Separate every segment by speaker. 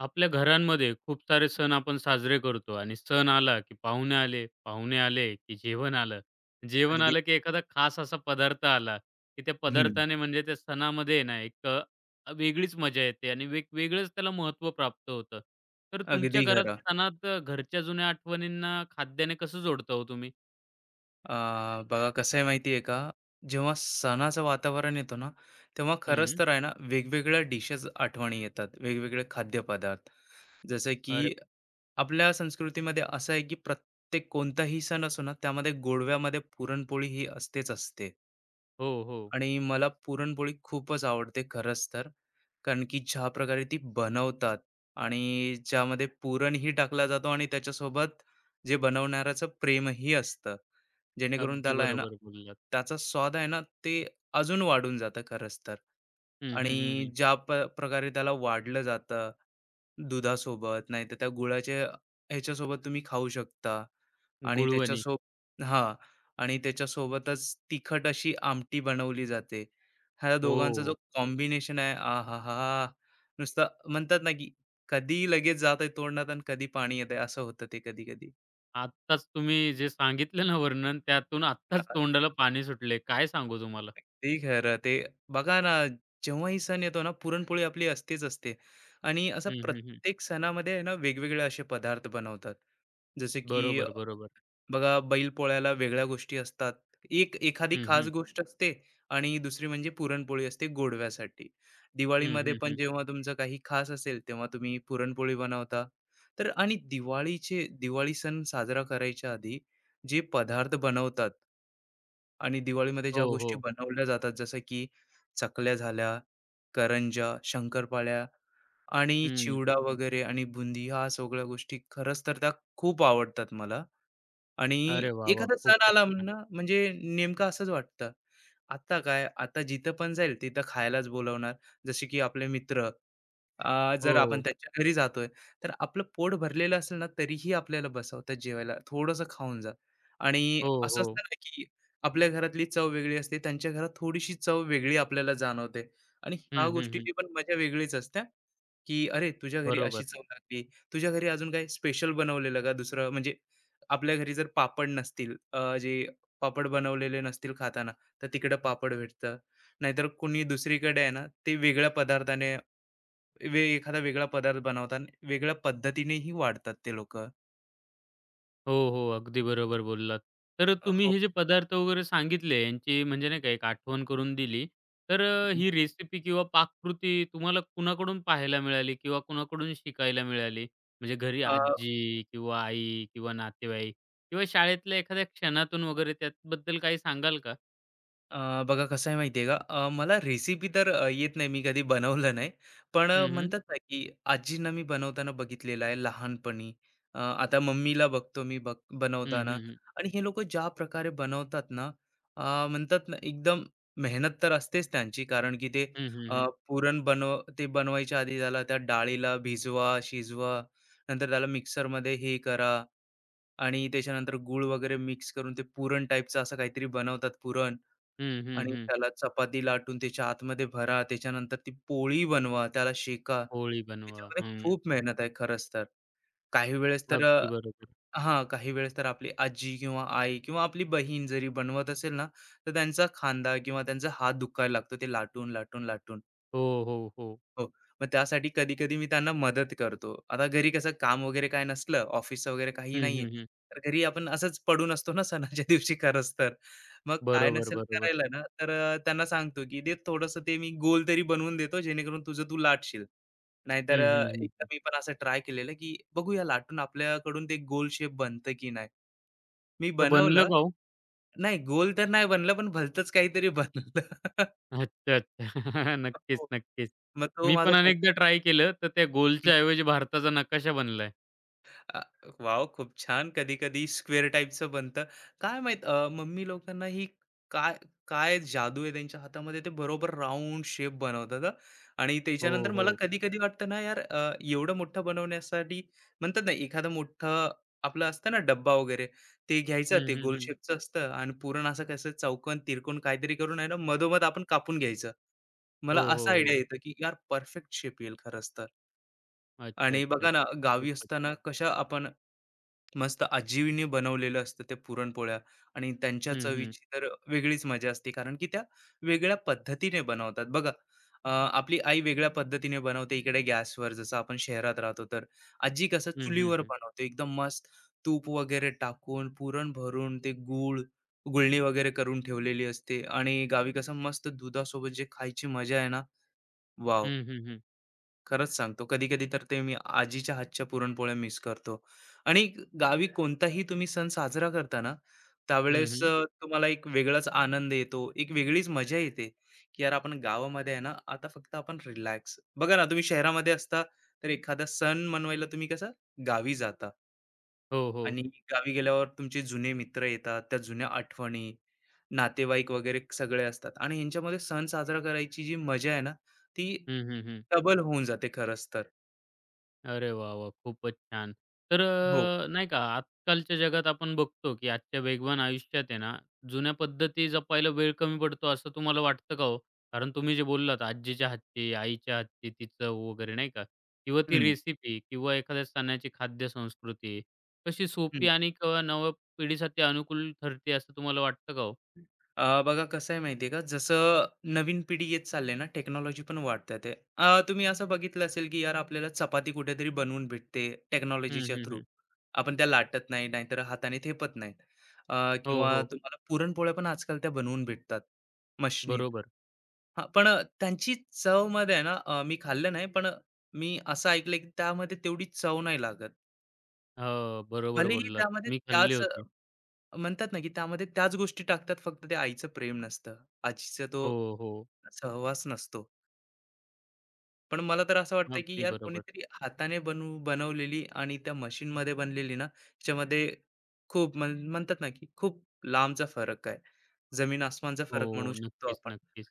Speaker 1: आपल्या घरांमध्ये खूप सारे सण आपण साजरे करतो आणि सण आला की पाहुणे आले, पाहुणे आले की जेवण आलं, जेवण
Speaker 2: अगदी
Speaker 1: आलं की एखादा खास असा पदार्थ आला, की त्या
Speaker 2: हं,
Speaker 1: पदार्थाने म्हणजे त्या सणामध्ये ना एक वेगळीच मजा येते आणि वेगवेगळंच त्याला महत्त्व प्राप्त होतं. तर
Speaker 2: अगदी
Speaker 1: तुमच्या घरात
Speaker 2: खरं.
Speaker 1: सणात घरच्या जुन्या आठवणींना खाद्याने कसं जोडता हो तुम्ही?
Speaker 2: अ, बघा कसं आहे माहिती आहे का, जेव्हा सणाचं वातावरण येतो ना, तेव्हा खरंच
Speaker 1: हं.
Speaker 2: तर आहे ना, वेगवेगळ्या डिशेस आठवणी येतात, वेगवेगळे खाद्यपदार्थ. जसं की
Speaker 1: अरे
Speaker 2: आपल्या संस्कृतीमध्ये असं आहे की प्रत्येक कोणताही सण असो ना, त्यामध्ये गोडव्यामध्ये पुरणपोळी ही असतेच असते.
Speaker 1: हो, हो.
Speaker 2: आणि मला पुरणपोळी खूपच आवडते खरंच तर. कारण की ज्या प्रकारे ती बनवतात आणि ज्यामध्ये पुरणही टाकला जातो आणि त्याच्यासोबत जे बनवणाऱ्याचं प्रेमही असतं. जेणेकरून
Speaker 1: अगदी
Speaker 2: त्याला आहे ना,
Speaker 1: बरोबर बोललात.
Speaker 2: त्याचा स्वाद आहे ना, ते अजून वाढून जातं खरंच तर.
Speaker 1: हं, हं, हं,
Speaker 2: आणि
Speaker 1: हं.
Speaker 2: ज्या प्रकारे त्याला वाढलं जातं दुधासोबत, नाहीतर त्या गुळाच्या ह्याच्यासोबत तुम्ही खाऊ शकता. आणि
Speaker 1: गुळवणी.
Speaker 2: त्याच्यासोबत हां. आणि त्याच्यासोबतच तिखट अशी आमटी बनवली जाते. ह्या दोघांचा जो
Speaker 1: हो.
Speaker 2: कॉम्बिनेशन आहे, आ हा हा, नुसतं म्हणतात ना, की कधी लगेच जातंय तोंडात आणि कधी पाणी येतंय असं होतं ते कधी-कधी.
Speaker 1: आत्ताच तुम्ही जे सांगितलं ना वर्णन त्यातून आत्ताच
Speaker 2: हां,
Speaker 1: तोंडाला पाणी सुटले. काय सांगू तुम्हाला.
Speaker 2: अगदी खरं. ते बघा ना, जेव्हाही सण येतो ना, पुरणपोळी आपली असतेच असते आणि असं
Speaker 1: हं, हं, हं.
Speaker 2: प्रत्येक सणामध्ये आहे ना, वेगवेगळे असे पदार्थ बनवतात. जसे की
Speaker 1: बरोबर, बरोबर.
Speaker 2: बघा बैलपोळ्याला वेगळ्या गोष्टी असतात. एक एखादी
Speaker 1: हं,
Speaker 2: खास
Speaker 1: हं.
Speaker 2: गोष्ट असते आणि दुसरी म्हणजे पुरणपोळी असते गोडव्यासाठी.
Speaker 1: हं,
Speaker 2: दिवाळीमध्ये
Speaker 1: हं,
Speaker 2: पण
Speaker 1: हं.
Speaker 2: जेव्हा तुमचं काही खास असेल, तेव्हा तुम्ही पुरणपोळी बनवता. तर आणि दिवाळीचे दिवाळी सण साजरा करायच्या आधी जे पदार्थ बनवतात आणि दिवाळीमध्ये ज्या
Speaker 1: हो,
Speaker 2: गोष्टी
Speaker 1: हो.
Speaker 2: बनवल्या जातात, जसं की चकल्या झाल्या, करंज्या, शंकरपाळ्या आणि
Speaker 1: हं.
Speaker 2: चिवडा वगैरे आणि बुंदी ह्या सगळ्या गोष्टी खरंच तर त्या खूप आवडतात मला. आणि
Speaker 1: अरे वाह, वाह!
Speaker 2: एखादा सण
Speaker 1: खूपच
Speaker 2: आला ना
Speaker 1: छान.
Speaker 2: म्हणजे नेमकं असंच वाटतं. आता काय, आता जिथं पण जाईल तिथं खायलाच बोलवणार. जसे की आपले मित्र जर आपण
Speaker 1: हो.
Speaker 2: त्यांच्या घरी जातोय, तर आपलं पोट भरलेलं असेल ना, तरीही आपल्याला बसवतात जेवायला. थोडंसं खाऊन जा. आणि
Speaker 1: हो,
Speaker 2: असं असतं
Speaker 1: हो.
Speaker 2: ना, की आपल्या घरातली चव वेगळी असते, त्यांच्या घरात थोडीशी चव वेगळी आपल्याला जाणवते. आणि ह्या
Speaker 1: हं, हं, हं.
Speaker 2: गोष्टीची पण मजा वेगळीच असते, की "अरे, तुझ्या घरी
Speaker 1: बरोबर.
Speaker 2: अशी चव लागली. तुझ्या घरी अजून काही स्पेशल बनवलेलं का दुसरं?" म्हणजे आपल्या घरी जर पापड नसतील अ, जे पापड बनवलेले नसतील खाताना, तर तिकडं पापड भेटतं. नाहीतर कुणी दुसरीकडे आहे ना, ते वेगळ्या पदार्थाने एखादा वेगळा पदार्थ बनवतात, वेगळ्या पद्धतीनेही वाढतात ते लोक,
Speaker 1: हो, हो. अगदी बरोबर बोललात. तर तुम्ही
Speaker 2: हो.
Speaker 1: हे जे पदार्थ वगैरे सांगितले यांची म्हणजे नाही का एक आठवण करून दिली. तर ही रेसिपी किंवा पाककृती तुम्हाला कुणाकडून पाहायला मिळाली किंवा कुणाकडून शिकायला मिळाली? म्हणजे घरी आजी किंवा आई किंवा नातेवाईक किंवा शाळेतल्या एखाद्या क्षणातून वगैरे त्याबद्दल काही सांगाल का?
Speaker 2: बघा कसं आहे माहिती का? मला रेसिपी तर येत नाही, मी कधी बनवलं नाही. पण
Speaker 1: हं, हं.
Speaker 2: म्हणतात ना, की आजींना मी बनवताना बघितलेलं आहे लहानपणी. आता मम्मीला बघतो मी
Speaker 1: हं,
Speaker 2: बनवताना
Speaker 1: हं, हं.
Speaker 2: आणि हे लोकं ज्या प्रकारे बनवतात ना, म्हणतात ना, एकदम मेहनत तर असतेच त्यांची कारण की ते
Speaker 1: हं, हं, हं.
Speaker 2: पुरण ते बनवायच्या आधी त्याला त्या डाळीला भिजवा, शिजवा, नंतर त्याला मिक्सरमध्ये हे करा आणि त्याच्यानंतर गूळ वगैरे मिक्स करून ते पुरण टाईपचं असं काहीतरी बनवतात पुरण.
Speaker 1: हं,
Speaker 2: आणि
Speaker 1: हं,
Speaker 2: त्याला चपाती लाटून त्याच्या आतमध्ये भरा, त्याच्यानंतर ती पोळी बनवा, त्याला शेका.
Speaker 1: बनवा.
Speaker 2: त्याच्यामध्ये
Speaker 1: हं.
Speaker 2: खूप मेहनत आहे खरंच तर. काही वेळेस तर
Speaker 1: अगदी
Speaker 2: अ,
Speaker 1: बरोबर.
Speaker 2: काही वेळेस तर आपली आजी किंवा आई किंवा आपली बहीण जरी बनवत असेल ना, तर त्यांचा खांदा किंवा त्यांचा हात दुखायला लागतो ते लाटून, लाटून, लाटून.
Speaker 1: हो, हो, हो.
Speaker 2: हो. मग त्यासाठी कधी-कधी मी त्यांना मदत करतो. आता घरी कसं काम वगैरे काय नसलं, ऑफिसचं वगैरे काही
Speaker 1: हं,
Speaker 2: नाहीये,
Speaker 1: हं, हं.
Speaker 2: तर घरी आपण असंच पडून असतो ना सणाच्या दिवशी खरंच तर. मग काय
Speaker 1: बरोबर,
Speaker 2: नसेल
Speaker 1: बरोबर.
Speaker 2: करायला ना, तर त्यांना सांगतो, की "दे थोडंसं ते मी गोल तरी बनवून देतो जेणेकरून तुझं तू लाटशील." नाहीतर
Speaker 1: हं, हं, हं,
Speaker 2: एकदा
Speaker 1: हं.
Speaker 2: मी पण असं ट्राय केलेलं, की बघूया लाटून आपल्याकडून ते गोल शेप बनतं की नाही. मी
Speaker 1: तर बनलं
Speaker 2: बनवलं.
Speaker 1: का हो?
Speaker 2: नाही गोल तर नाही बनलं, पण भलतंच काहीतरी बनलं.
Speaker 1: अच्छा, अच्छा. नक्कीच,
Speaker 2: हो.
Speaker 1: नक्कीच.
Speaker 2: मग तो
Speaker 1: मी
Speaker 2: माझा
Speaker 1: पण अनेकदा ट्राय केलं, तर त्या गोलच्या ऐवजी भारताचा नकाशा बनलाय.
Speaker 2: अ, वॉव! खूप छान. कधी-कधी स्क्वेअर टाइपचं बनतं. काय माहीत मम्मी लोकांना ही काय काय जादू आहे त्यांच्या हातामध्ये ते बरोबर राउंड शेप बनवतात हं. आणि
Speaker 1: हो,
Speaker 2: त्याच्यानंतर मला
Speaker 1: हो.
Speaker 2: कधी-कधी वाटतं ना यार एवढं मोठं बनवण्यासाठी म्हणतात ना एखादं मोठं आपलं असतं ना डब्बा वगैरे ते घ्यायचं
Speaker 1: हं,
Speaker 2: ते
Speaker 1: हं,
Speaker 2: गोल
Speaker 1: हं.
Speaker 2: शेपचं असतं आणि पूर्ण असं कसं चौकोन, तिरकोन काहीतरी करून आहे ना मधोमध आपण कापून घ्यायचं.
Speaker 1: हो,
Speaker 2: मला
Speaker 1: हो,
Speaker 2: असा आयडिया
Speaker 1: हो.
Speaker 2: येतं की यार परफेक्ट शेप येईल खरंच तर.
Speaker 1: अच्छा,
Speaker 2: आणि
Speaker 1: अच्छा.
Speaker 2: बघा ना
Speaker 1: अच्छा.
Speaker 2: गावी
Speaker 1: खूपच
Speaker 2: असताना
Speaker 1: छान.
Speaker 2: कशा आपण मस्त आजीने बनवलेलं असतं ते पुरणपोळ्या आणि त्यांच्या
Speaker 1: हं, हं.
Speaker 2: चवीची तर वेगळीच मजा असते कारण की त्या वेगळ्या पद्धतीने बनवतात बघा आपली आई वेगळ्या पद्धतीने बनवते इकडे गॅसवर जसं आपण शहरात राहतो तर आजी कसं
Speaker 1: हं, हं,
Speaker 2: चुलीवर
Speaker 1: हं.
Speaker 2: बनवते एकदम मस्त तूप वगैरे टाकून पुरण भरून ते गूळ गुळणी वगैरे करून ठेवलेली असते आणि गावी कसं मस्त दुधासोबत जे खायची मजा आहे ना वाव
Speaker 1: हं, हं, हं.
Speaker 2: खरंच सांगतो कधी-कधी तर ते मी आजीच्या हातच्या पुरणपोळ्या मिस करतो. आणि गावी कोणताही तुम्ही सण साजरा करता ना, त्यावेळेस
Speaker 1: हं,
Speaker 2: तुम्हाला एक वेगळाच आनंद येतो, एक वेगळीच मजा येते, की यार आपण गावामध्ये आहे ना, आता फक्त आपण रिलॅक्स. बघा ना, तुम्ही शहरामध्ये असता तर एखादा सण मनवायला तुम्ही कसं गावी जाता
Speaker 1: हो, हो.
Speaker 2: आणि गावी गेल्यावर तुमचे जुने मित्र येतात, त्या जुन्या आठवणी, नातेवाईक वगैरे सगळे असतात आणि ह्यांच्यामध्ये सण साजरा करायची जी मजा आहे ना, ती
Speaker 1: हं, हं, हं.
Speaker 2: डबल होऊन जाते खरंच तर.
Speaker 1: अरे वाह, वाह! खूपच छान. तर
Speaker 2: हो.
Speaker 1: नाही का आजकालच्या जगात आपण बघतो, की आजच्या वेगवान आयुष्यात आहे ना, जुन्या पद्धती जपायला वेळ कमी पडतो असं तुम्हाला वाटतं का हो? कारण तुम्ही जे बोललात आजीच्या हातची, आईच्या हातची, ती चव वगैरे नाही का? किंवा ती
Speaker 2: हं,
Speaker 1: रेसिपी किंवा एखाद्या सणाची खाद्य संस्कृती कशी सोपी
Speaker 2: हं.
Speaker 1: आणि किंवा नव्या पिढीसाठी अनुकूल ठरते असं तुम्हाला वाटतं का हो?
Speaker 2: बघा कसं आहे माहिती आहे का, जसं नवीन पिढी येत चालली ना, टेक्नॉलॉजी पण वाढतात आहे. तुम्ही असं बघितलं असेल की यार आपल्याला चपाती कुठेतरी बनवून भेटते
Speaker 1: हं,
Speaker 2: टेक्नॉलॉजीच्या
Speaker 1: हं,
Speaker 2: थ्रू.
Speaker 1: हं.
Speaker 2: आपण त्या लाटत नाही, नाहीतर हाताने थेपत नाहीत.
Speaker 1: हो,
Speaker 2: किंवा
Speaker 1: हो.
Speaker 2: तुम्हाला पुरणपोळ्या पण आजकाल त्या बनवून भेटतात मशनीत.
Speaker 1: बरोबर.
Speaker 2: हां, पण त्यांची चवमध्ये आहे ना, मी खाल्लं नाही, पण मी असं ऐकलंय की त्यामध्ये तेवढी चव नाही लागत.
Speaker 1: हो, बरोबर
Speaker 2: भलेही
Speaker 1: बोललात.
Speaker 2: त्यामध्ये
Speaker 1: मी खाल्ली
Speaker 2: त्याच
Speaker 1: होती.
Speaker 2: म्हणतात ना, की त्यामध्ये त्याच गोष्टी टाकतात फक्त ते आईचं प्रेम नसतं. आजीचा
Speaker 1: हो,
Speaker 2: तो
Speaker 1: हो.
Speaker 2: सहवास नसतो. पण मला तर असं वाटतं, की
Speaker 1: अगदी
Speaker 2: यार
Speaker 1: बरोबर.
Speaker 2: कोणीतरी हाताने बनवलेली आणि त्या मशीनमध्ये बनलेली ना, त्याच्यामध्ये खूप म्हणतात ना, की खूप लांबचा फरक आहे. जमीन आसमानचा फरक म्हणू
Speaker 1: हो.
Speaker 2: शकतो
Speaker 1: नक्कीच,
Speaker 2: आपण.
Speaker 1: नक्कीच.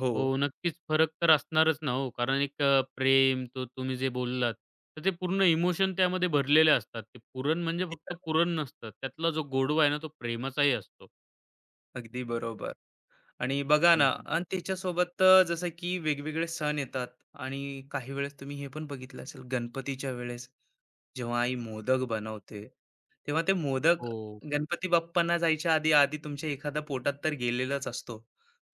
Speaker 2: हो.
Speaker 1: हो, नक्कीच फरक तर असणारच ना हो. कारण एक प्रेम तो तुम्ही जे बोललात, तर ते पूर्ण इमोशन त्यामध्ये भरलेले असतात. ते पुरण म्हणजे फक्त पुरण नसतं. त्यातला जो गोडवा आहे ना तो प्रेमाचाही असतो.
Speaker 2: अगदी बरोबर. आणि बघा ना
Speaker 1: हं, हं.
Speaker 2: आणि त्याच्यासोबत जसं की वेगवेगळे सण येतात आणि काही वेळेस तुम्ही हे पण बघितलं असेल गणपतीच्या वेळेस जेव्हा आई मोदक बनवते तेव्हा ते मोदक
Speaker 1: हो.
Speaker 2: गणपती बाप्पांना जायच्या आधी आधी तुमच्या एखादा पोटात तर गेलेलाच असतो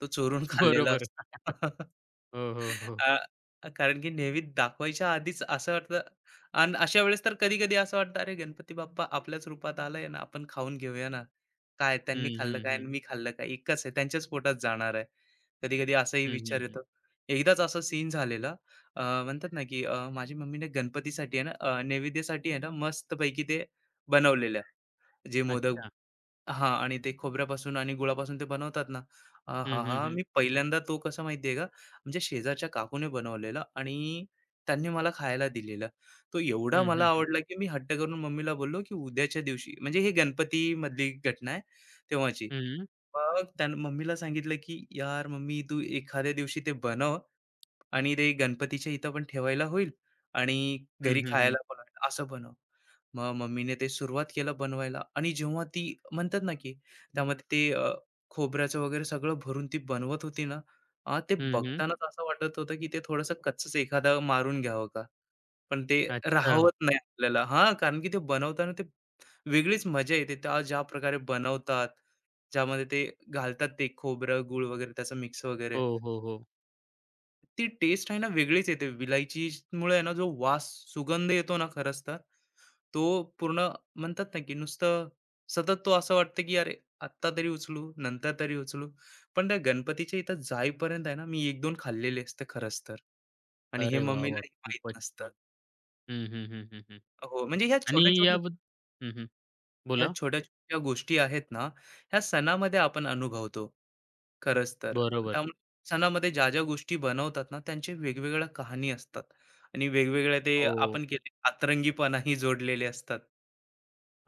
Speaker 2: तो चोरून खाल्लेला
Speaker 1: बरोबर.
Speaker 2: असतो.
Speaker 1: हो, हो, हो.
Speaker 2: कारण की नेहमी दाखवायच्या आधीच असं वाटतं आणि अशा वेळेस तर कधी कधी असं वाटतं अरे गणपती बाप्पा आपल्याच रूपात आलाय ना आपण खाऊन घेऊया ना काय
Speaker 1: हं,
Speaker 2: त्यांनी खाल्लं
Speaker 1: हं,
Speaker 2: काय आणि
Speaker 1: हं.
Speaker 2: मी खाल्लं काय एकच आहे त्यांच्याच पोटात जाणार आहे कधी कधी असाही
Speaker 1: हं,
Speaker 2: विचार
Speaker 1: हं, हं.
Speaker 2: येतो एकदाच असं सीन झालेला म्हणतात ना की माझी मम्मीने गणपतीसाठी आहे ना नैवेद्यासाठी आहे ना मस्तपैकी ते बनवलेलं जे मोदक
Speaker 1: अच्छा.
Speaker 2: आणि ते खोबऱ्यापासून आणि गुळापासून ते बनवतात ना.
Speaker 1: हं,
Speaker 2: आहाहा!
Speaker 1: हं, हं.
Speaker 2: मी पहिल्यांदा तो कसा माहिती आहे का, म्हणजे शेजारच्या काकूने बनवलेला आणि त्यांनी मला खायला दिलेला. तो
Speaker 1: हं,
Speaker 2: एवढा मला
Speaker 1: हं, हं.
Speaker 2: आवडला, की मी हट्ट करून मम्मीला बोललो, की उद्याच्या दिवशी म्हणजे हे गणपतीमधली घटना आहे तेव्हाची.
Speaker 1: हं.
Speaker 2: मग त्यानं मम्मीला सांगितलं, की "यार मम्मी तू एखाद्या दिवशी ते बनव आणि ते गणपतीच्या इथं पण ठेवायला होईल आणि
Speaker 1: हं,
Speaker 2: घरी
Speaker 1: हं, हं.
Speaker 2: खायला पण होईल, असं बनव." मग मम्मीने ते सुरुवात केलं बनवायला आणि जेव्हा ती म्हणतात ना की त्यामध्ये ते खोबऱ्याचं वगैरे सगळं भरून ती बनवत होती ना ते बघतानाच असं वाटत होतं की ते थोडंसं कच्चच एखादा मारून घ्यावं का पण ते
Speaker 1: अच्छा.
Speaker 2: राहवत नाही आपल्याला हा कारण की ते बनवताना ते वेगळीच मजा येते त्या ज्या प्रकारे बनवतात ज्यामध्ये ते घालतात ते खोबरं गुळ वगैरे त्याचं मिक्स वगैरे
Speaker 1: हो, हो, हो.
Speaker 2: ती टेस्ट आहे ना वेगळीच येते विलायचीमुळे आहे ना जो वास सुगंध येतो ना खरंच तर तो पूर्ण म्हणतात ना, की नुसतं सतत तो असं वाटतं, की अरे आत्ता तरी उचलू, नंतर तरी उचलू. पण त्या गणपतीच्या इथं जाईपर्यंत आहे ना, मी 1-2 खाल्लेले असते खरंच तर. आणि हे
Speaker 1: अरे वाह, वाह!
Speaker 2: मम्मीलाही माहीत
Speaker 1: खूपच
Speaker 2: नसतं.
Speaker 1: छान. हं, हं, हं, हं, हं.
Speaker 2: हो, म्हणजे ह्या
Speaker 1: आणि
Speaker 2: छोट्या-छोट्या ह्या
Speaker 1: बोला.
Speaker 2: छोट्या-छोट्या गोष्टी आहेत ना, ह्या सणामध्ये आपण अनुभवतो खरंच तर.
Speaker 1: बरोबर.
Speaker 2: त्यामुळे सणामध्ये ज्या-ज्या गोष्टी बनवतात ना, त्यांच्या वेगवेगळ्या कहाणी असतात आणि वेगवेगळ्या ते
Speaker 1: हो.
Speaker 2: आपण केले अतरंगीपणाही जोडलेले असतात.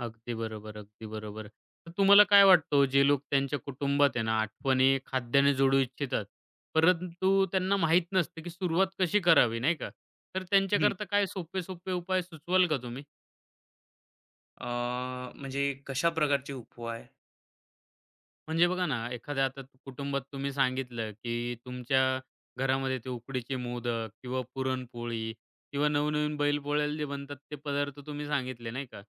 Speaker 1: अगदी बरोबर, अगदी बरोबर. तर तुम्हाला काय वाटतं हो, जे लोक त्यांच्या कुटुंबात आहे ना, आठवणी खाद्याने जोडू इच्छितात, परंतु त्यांना माहीत नसतं, की सुरुवात कशी करावी, नाही का? तर त्यांच्याकरता काय सोपे-सोपे उपाय सुचवाल का तुम्ही?
Speaker 2: म्हणजे कशा प्रकारचे उपवाय?
Speaker 1: म्हणजे बघा ना, एखाद्या आता कुटुंबात तुम्ही सांगितलं, की तुमच्या घरामध्ये ते उकडीचे मोदक किंवा पुरणपोळी किंवा नवनवीन बैलपोळ्याला जे बनतात ते पदार्थ तुम्ही सांगितले, नाही का?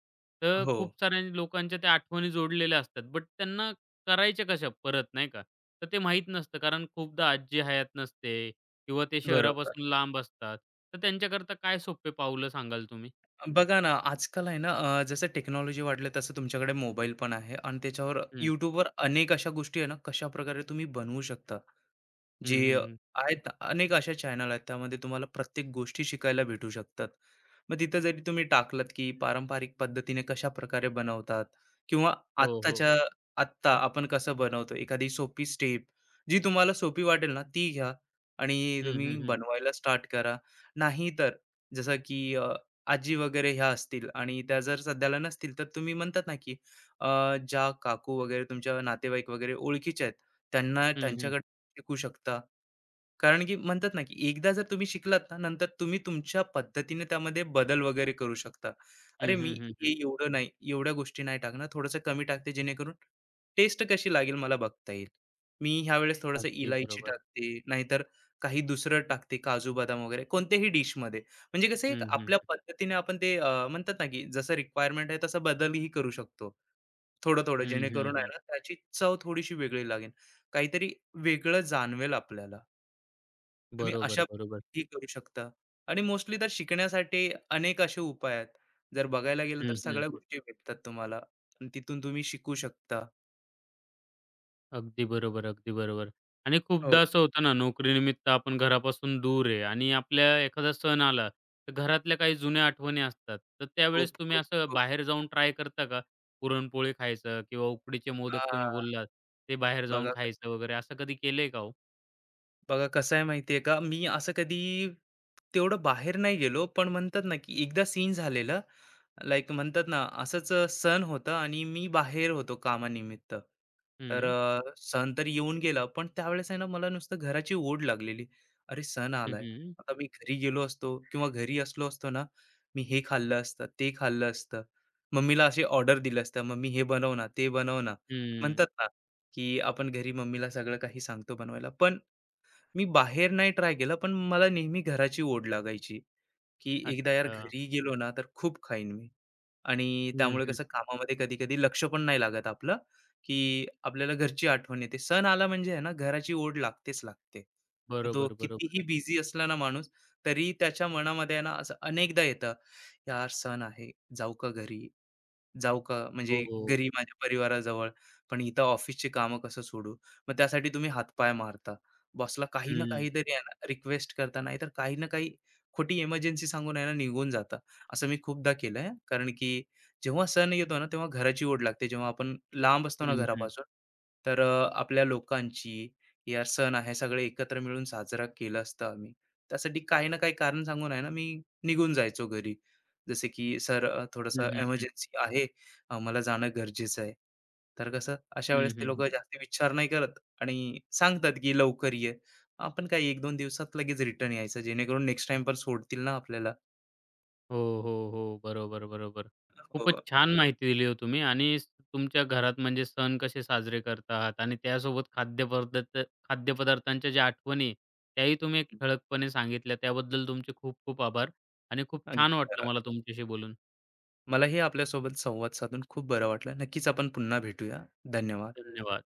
Speaker 1: तर
Speaker 2: हो,
Speaker 1: खूप साऱ्या लोकांच्या त्या आठवणी जोडलेल्या असतात. बट त्यांना करायच्या कशा परत, नाही का? तर ते माहीत नसतं कारण खूपदा आजी हयात नसते किंवा ते
Speaker 2: बरोबर.
Speaker 1: शहरापासून लांब असतात. तर त्यांच्याकरता काय सोपे पावलं सांगाल तुम्ही?
Speaker 2: बघा ना, आजकाल आहे ना, जसं टेक्नॉलॉजी वाढलं तसं तुमच्याकडे मोबाईल पण आहे आणि त्याच्यावर
Speaker 1: हं,
Speaker 2: YouTubeवर अनेक अशा गोष्टी आहे ना, कशाप्रकारे तुम्ही बनवू शकता.
Speaker 1: हं,
Speaker 2: जे
Speaker 1: हं, हं.
Speaker 2: आहेत अनेक अशा चॅनल आहेत त्यामध्ये तुम्हाला प्रत्येक गोष्टी शिकायला भेटू शकतात. मग तिथं जरी तुम्ही टाकलत, की पारंपरिक पद्धतीने कशाप्रकारे बनवतात किंवा
Speaker 1: हो, हो.
Speaker 2: आत्ताच्या आत्ता आपण कसं बनवतो एखादी सोपी स्टेप जी तुम्हाला सोपी वाटेल ना ती घ्या आणि
Speaker 1: हं,
Speaker 2: तुम्ही
Speaker 1: हं, हं.
Speaker 2: बनवायला स्टार्ट करा. नाहीतर जसं की आजी वगैरे ह्या असतील आणि त्या जर सध्याला नसतील तर तुम्ही म्हणतात ना, की ज्या काकू वगैरे तुमच्या नातेवाईक वगैरे ओळखीच्या आहेत त्यांना
Speaker 1: हं, हं.
Speaker 2: त्यांच्याकडे शिकू शकता. कारण की म्हणतात ना, की एकदा जर तुम्ही शिकलात ना, नंतर तुम्ही तुमच्या पद्धतीने त्यामध्ये बदल वगैरे करू शकता. अरे,
Speaker 1: हं,
Speaker 2: मी
Speaker 1: हं, हं,
Speaker 2: हे
Speaker 1: हं.
Speaker 2: एवढं नाही, एवढ्या गोष्टी नाही टाकणार, थोडंसं कमी टाकते जेणेकरून टेस्ट कशी लागेल मला बघता येईल. मी ह्यावेळेस थोडंसं
Speaker 1: अगदी
Speaker 2: इलायची
Speaker 1: बरोबर.
Speaker 2: टाकते, नाहीतर काही दुसरं टाकते, काजू बदाम वगैरे कोणत्याही डिशमध्ये. म्हणजे कसं एक
Speaker 1: हं, हं.
Speaker 2: आपल्या पद्धतीने आपण ते म्हणतात ना, की जसं रिक्वायरमेंट आहे तसा बदलही करू शकतो. थोडं-थोडं
Speaker 1: हं, हं,
Speaker 2: जेणेकरून आहे
Speaker 1: हं.
Speaker 2: ना, त्याची चव थोडीशी वेगळी लागेल. काहीतरी वेगळं जाणवेल आपल्याला. तुम्ही
Speaker 1: बरोबर,
Speaker 2: अशा
Speaker 1: बरोबर.
Speaker 2: ही करू शकता आणि मोस्टली तर शिकण्यासाठी अनेक असे उपाय आहेत. जर बघायला गेलं
Speaker 1: हं,
Speaker 2: तर
Speaker 1: हं,
Speaker 2: सगळ्या
Speaker 1: हं.
Speaker 2: गोष्टी भेटतात तुम्हाला आणि तिथून तुम्ही शिकू शकता.
Speaker 1: अगदी बरोबर, अगदी बरोबर. आणि
Speaker 2: हो.
Speaker 1: खूपदा असं होतं ना, नोकरीनिमित्त आपण घरापासून दूर आहे आणि आपल्या एखादा सण आला, तर घरातल्या काही जुन्या आठवणी असतात. तर त्यावेळेस
Speaker 2: खूप,
Speaker 1: तुम्ही
Speaker 2: खूप,
Speaker 1: असं
Speaker 2: खूप.
Speaker 1: बाहेर जाऊन ट्राय करता का? पुरणपोळी खायचं किंवा उकडीचे मोदक तुम्ही
Speaker 2: हां.
Speaker 1: बोललात, ते बाहेर जाऊन
Speaker 2: बघा
Speaker 1: खायचं वगैरे असं कधी केलंय का हो?
Speaker 2: बघा कसं आहे माहिती का? मी असं कधी तेवढं बाहेर नाही गेलो, पण म्हणतात ना, की एकदा सीन झालेलं लाईक म्हणतात ना असंच सण होतं आणि मी बाहेर होतो कामानिमित्त. तर
Speaker 1: हं.
Speaker 2: सण तर येऊन गेला, पण त्यावेळेस आहे ना मला नुसतं घराची ओढ लागलेली. अरे सण
Speaker 1: हं,
Speaker 2: आलाय.
Speaker 1: हं.
Speaker 2: आता मी घरी गेलो असतो किंवा घरी असलो असतो ना, मी हे खाल्लं असतं, ते खाल्लं असतं. मम्मीला अशी ऑर्डर दिलं असतं, "मम्मी हे बनव ना, ते बनव ना."
Speaker 1: हं.
Speaker 2: म्हणतात ना, की आपण घरी मम्मीला सगळं काही सांगतो बनवायला. पण मी बाहेर नाही ट्राय केलं, पण मला नेहमी घराची ओढ लागायची. की एकदा यार
Speaker 1: अच्छा.
Speaker 2: घरी गेलो ना, तर खूप खाईन मी. आणि
Speaker 1: हं,
Speaker 2: त्यामुळे
Speaker 1: हं.
Speaker 2: कसं कामामध्ये कधी-कधी लक्ष पण नाही लागत आपलं, की आपल्याला घरची आठवण येते. सण आला म्हणजे आहे ना, घराची ओढ लागतेच लागते. मग तो
Speaker 1: बरोबर, बरोबर.
Speaker 2: कितीही बिझी असला ना माणूस, तरी त्याच्या मनामध्ये आहे ना, असं अनेकदा येतं, "यार सण आहे, जाऊ का घरी?" जाऊ का?
Speaker 1: हो,
Speaker 2: म्हणजे
Speaker 1: हो.
Speaker 2: घरी माझ्या परिवाराजवळ. पण इथं ऑफिसची कामं कसं सोडू? मग त्यासाठी तुम्ही हातपाय मारता. बॉसला काही ना
Speaker 1: हं.
Speaker 2: काहीतरी आहे ना रिक्वेस्ट करता, नाही तर काही ना काही खोटी इमर्जन्सी सांगून आहे ना निघून जाता. असं मी खूपदा केलंय. कारण की जेव्हा सण येतो ना, तेव्हा घराची ओढ लागते. जेव्हा आपण लांब असतो ना
Speaker 1: हं, हं.
Speaker 2: घरापासून, तर आपल्या लोकांची, या सण आहे सगळे एकत्र मिळून साजरा केला असता आम्ही. त्यासाठी काही ना काही कारण सांगून आहे ना, मी निघून जायचो घरी. जसे की "सर
Speaker 1: हं,
Speaker 2: थोडंसं
Speaker 1: हं, हं.
Speaker 2: एमर्जन्सी आहे." आम्हाला जाणं गरजेचं आहे. तर कसं अशा वेळेस ते
Speaker 1: हं,
Speaker 2: लोकं जास्त विचार नाही करत आणि सांगतात, की लवकर ये. आपण काय 1-2 दिवसात लगेच रिटर्न यायचं जेणेकरून नेक्स्ट टाईम पण सोडतील ना आपल्याला.
Speaker 1: हो, हो, हो. बरोबर, बरोबर.
Speaker 2: हो.
Speaker 1: खूपच छान माहिती दिली हो तुम्ही आणि तुमच्या घरात म्हणजे सण कसे साजरे करतात आणि त्यासोबत खाद्यपदार्थ खाद्यपदार्थांच्या ज्या आठवणी आहे, त्याही तुम्ही एक
Speaker 2: हं.
Speaker 1: ठळकपणे सांगितल्या. त्याबद्दल तुमचे खूप खूप आभार आणि खूप
Speaker 2: अगदी
Speaker 1: छान वाटलं
Speaker 2: खरं.
Speaker 1: मला तुमच्याशी बोलून.
Speaker 2: मलाही आपल्यासोबत संवाद साधून खूप बरं वाटलं. नक्कीच आपण पुन्हा भेटूया. धन्यवाद.
Speaker 1: धन्यवाद.